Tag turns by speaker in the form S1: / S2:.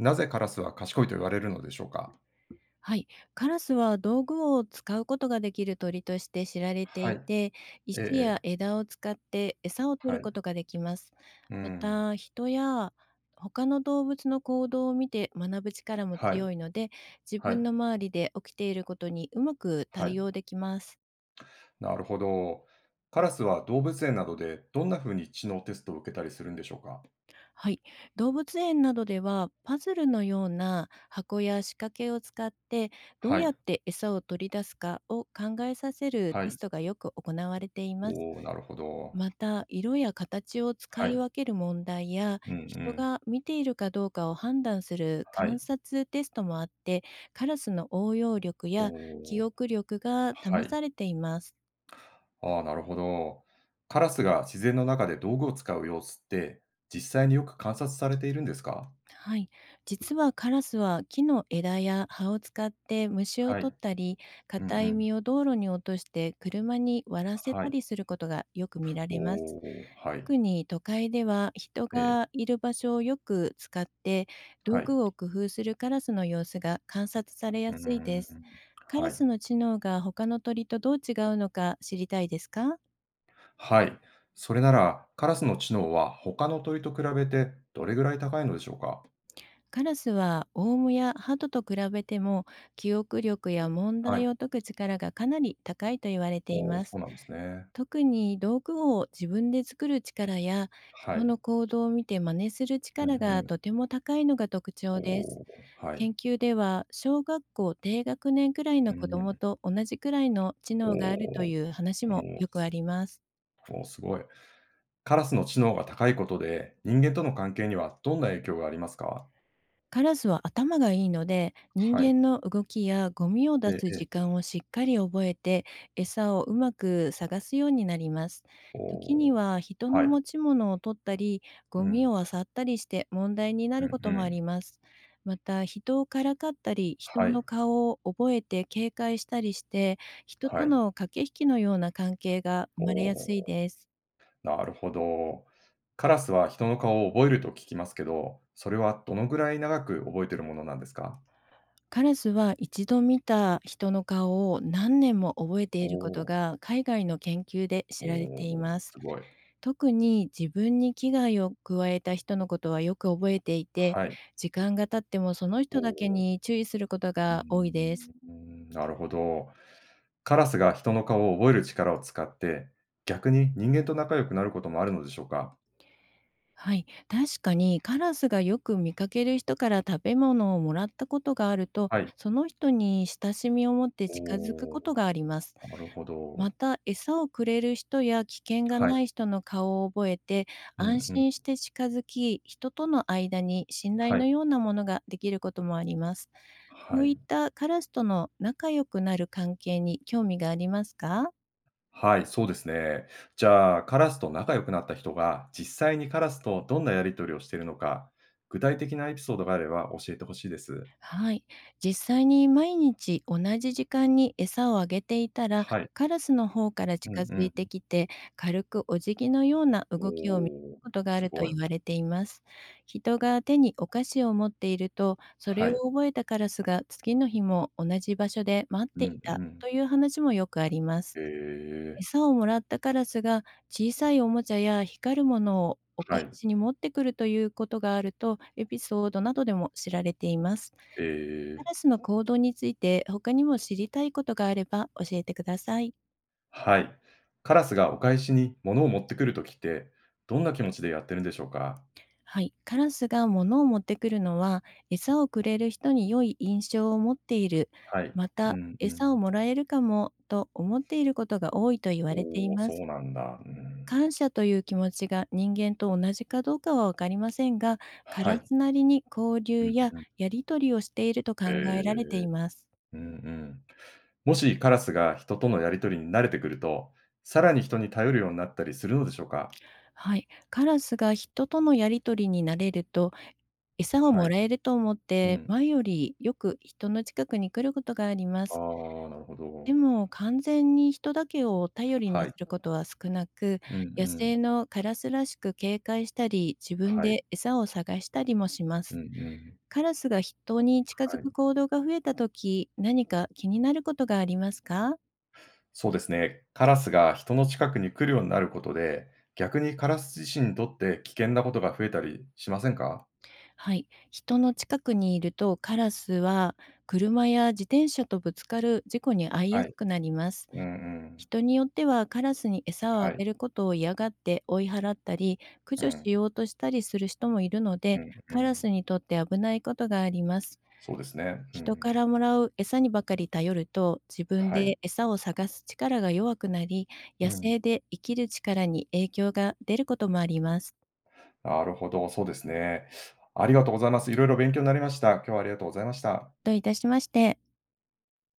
S1: なぜカラスは賢いと言われるのでしょうか？
S2: はい、カラスは道具を使うことができる鳥として知られて
S1: は
S2: い
S1: い。
S2: て、
S1: えええ
S2: 石や
S1: え。
S2: 枝を使って餌を取
S1: は
S2: る
S1: い。
S2: ことができます。
S1: う
S2: ま
S1: ん。
S2: た、人や他の動物の行動を見て学ぶ力も
S1: はい。
S2: 強いので、自
S1: は
S2: 分
S1: い。
S2: の周りで起きていることにうまく
S1: は
S2: 対
S1: い。
S2: 応できます。
S1: なるほど。カラスは動物園などでどんな風に知能テストを受けたりするんでしょうか？
S2: はい、動物園などではパズルのような箱や仕掛けを使って、どう
S1: は
S2: やっ
S1: い。
S2: て餌を取り出すかを考えさせる
S1: は
S2: テス
S1: い。
S2: トがよく行われています。
S1: おお、なるほど。
S2: また、色や形を使
S1: は
S2: い
S1: い。
S2: 分ける問題や、
S1: うんう
S2: 人
S1: ん。
S2: が見ているかどうかを判断する
S1: は
S2: 観
S1: い。
S2: 察テストもあって、カラスの応用力
S1: お
S2: や記
S1: お。
S2: 憶力が
S1: は
S2: 試
S1: い。
S2: されています。
S1: ああ、なるほど。カラスが自然の中で道具を使う様子って、実際によく観察されているんですか？
S2: はい、実はカラスは木の枝や葉を使って虫を
S1: は
S2: 取っ
S1: い。
S2: たり、
S1: うんう
S2: 硬い
S1: ん。
S2: 実を道路に落として車に割らせ
S1: は
S2: た
S1: い。
S2: りすることがよく見ら
S1: お
S2: れます。
S1: お、はい。
S2: 特に都会では、人
S1: え
S2: が
S1: え、
S2: いる場所をよく使って道
S1: はい。
S2: 具を工夫するカラスの様子が観察され
S1: う
S2: や
S1: ー
S2: すいで
S1: ん。
S2: す。カ
S1: は
S2: ラ
S1: い。
S2: スの知能が他の鳥とどう違うのか知りたいですか？
S1: はい。それなら、カラスの知能は他の鳥と比べてどれぐらい高いのでしょうか？
S2: カラスはオウムやハトと比べても、記憶力や問
S1: は
S2: 題
S1: い。
S2: を解く力がかなり高いと言われてい
S1: おお、
S2: ま
S1: そ
S2: す。
S1: うなんですね。
S2: 特に道具を自分で作る力や、
S1: は
S2: 人
S1: い。
S2: の行動を見て真似する
S1: うん
S2: 力
S1: う
S2: が
S1: ん。
S2: とても高いのが特
S1: お
S2: 徴です。
S1: お、は
S2: 研
S1: い。
S2: 究では、小学校低学年くらいの
S1: うん
S2: 子ど
S1: う
S2: も
S1: ん。
S2: と同じくらいの知
S1: お
S2: 能があるとい
S1: お、
S2: う話
S1: お
S2: も
S1: お、
S2: よくあ
S1: す
S2: ります。
S1: おお、すごい。カラスの知能が高いことで、人間との関係にはどんな影響がありますか？
S2: カラスは頭がいいので、人
S1: はい。
S2: 間の動きやゴミを
S1: え
S2: 出
S1: え
S2: す
S1: え
S2: 時
S1: え。
S2: 間をしっかり覚えて、餌をうまく探すようになります。
S1: お
S2: 時に
S1: お、
S2: は人の
S1: はい。
S2: 持ち物を取ったり、
S1: う
S2: ゴミ
S1: ん。
S2: を漁ったりして問題にな
S1: うん
S2: る
S1: う
S2: こともあ
S1: ん。
S2: ります。また、人をからかったり、人
S1: はい。
S2: の顔を覚えて警戒したりして、人
S1: は
S2: と
S1: い。
S2: の駆け引きのような関係が生
S1: お
S2: まれやすい
S1: お。
S2: です。
S1: なるほど。カラスは人の顔を覚えると聞きますけど、それはどのぐらい長く覚えてるものなんですか？
S2: カラスは一度見た人の顔を何年も覚えて
S1: お
S2: いること
S1: ー
S2: が海外の研究で
S1: お
S2: 知られて
S1: ー、
S2: い
S1: お
S2: ます。
S1: すごい。
S2: 特に自分に危害を加えた人のことはよく覚えていて、
S1: はい。
S2: 時間が経ってもその
S1: お
S2: 人だけ
S1: お、
S2: に注意すること
S1: うー
S2: が多いです。
S1: ん、なるほど。カラスが人の顔を覚える力を使って、逆に人間と仲良くなることもあるのでしょうか？
S2: はい、確かにカラスがよく見かける人から食べ物をもらったことがあると、
S1: はい。
S2: その人に親しみを持って
S1: お
S2: 近づくこと
S1: お、
S2: があります。
S1: なるほ
S2: ま
S1: ど。
S2: た、餌をくれる人や危険が
S1: はい。
S2: ない人の顔を覚えて、
S1: う
S2: 安
S1: んう
S2: 心し
S1: ん。
S2: て近づき、人との間に信頼
S1: はい。
S2: のようなものができることもあります。こ
S1: は
S2: う
S1: い。
S2: いったカラスとの仲良くなる関係に興味がありますか？
S1: はい、そうですね。じゃあ、カラスと仲良くなった人が、実際にカラスとどんなやり取りをしているのか、具体的なエピソードがあれば教えてほしいです。
S2: はい。実際に毎日同じ時間に餌をあげていたら、
S1: はい。
S2: カラスの方から
S1: うん
S2: 近
S1: う
S2: づいて
S1: ん。
S2: きて、軽くお辞儀のような
S1: お
S2: 動きを見る
S1: お、
S2: ことがあ
S1: す
S2: ると
S1: ごい。
S2: 言われています。人が手にお菓子を持っていると、それ
S1: は
S2: を
S1: い。
S2: 覚えたカラスが次の日も同じ場所で待っ
S1: う
S2: てい
S1: んう
S2: た
S1: ん。
S2: という話もよくあります。
S1: ええ、
S2: 餌をもらったカラスが小さいおもちゃや光るものをお返
S1: はい。
S2: しに持ってくるということがあると、エピソードなどでも知られています。
S1: え
S2: カ
S1: え、
S2: ラスの行動について他にも知りたいことがあれば教えてください。
S1: はい。カラスがお返しに物を持ってくるときって、どんな気持ちでやってるんでしょうか？
S2: はい、カラスが物を持ってくるのは、餌をくれる人に良い印象を持っている、
S1: はい。
S2: ま
S1: う
S2: た
S1: んう
S2: 餌を
S1: ん。
S2: もらえるかもと思っていることが多いと言われてい
S1: おお、
S2: ま
S1: そ
S2: す。
S1: うなんだ。うん。
S2: 感謝という気持ちが人間と同じかどうかはわかりませんが、カ
S1: は
S2: ラ
S1: い。
S2: スなりに交
S1: う
S2: 流
S1: ん
S2: や
S1: うん。
S2: やり取りをしていると考
S1: ええ。
S2: えられています。
S1: うんうん。もしカラスが人とのやりとりに慣れてくると、さらに人に頼るようになったりするのでしょうか？
S2: はい、カラスが人とのやり取りに慣れると、餌を
S1: は
S2: も
S1: い。
S2: らえると思っ
S1: う
S2: て
S1: ん。
S2: 前よりよく人の近くに来ることがありま
S1: あ
S2: す。
S1: あ、なるほ
S2: で
S1: ど。
S2: も完全に人だけを頼りに
S1: は
S2: す
S1: い。
S2: ることは少なく、
S1: うんう
S2: 野生
S1: ん。
S2: のカラスらしく警戒したり、自分
S1: はい。
S2: で餌を探したりもしま
S1: うん
S2: す。
S1: うん。
S2: カラスが人に近づ
S1: は
S2: く
S1: い。
S2: 行動が増えたとき、何か気になることがありますか？
S1: そうですね。カラスが人の近くに来るようになることで、逆にカラス自身にとって危険なことが増えたりしませんか？
S2: はい。人の近くにいるとカラスは車や自転車とぶつかる事故に遭いや
S1: は
S2: す
S1: い。
S2: くなります。
S1: うんうん。
S2: 人によってはカラスに餌をあ
S1: はい。
S2: げることを嫌がって追い払ったり、駆
S1: う
S2: 除
S1: ん、
S2: しようとしたりする人もいるの
S1: う
S2: で、
S1: んう
S2: カラ
S1: ん。
S2: スにとって危ないことがあります。
S1: そうですね。う
S2: 人か
S1: ん。
S2: らもらう餌にばかり頼ると、自分
S1: はい。
S2: で餌を探す力が弱くなり、
S1: う
S2: 野
S1: ん。
S2: 生で生きる力に影響が出ることもあります。
S1: なるほど、そうですね。ありがとうございます。いろいろ勉強になりました。今日はありがとうございました。
S2: どういたしまして。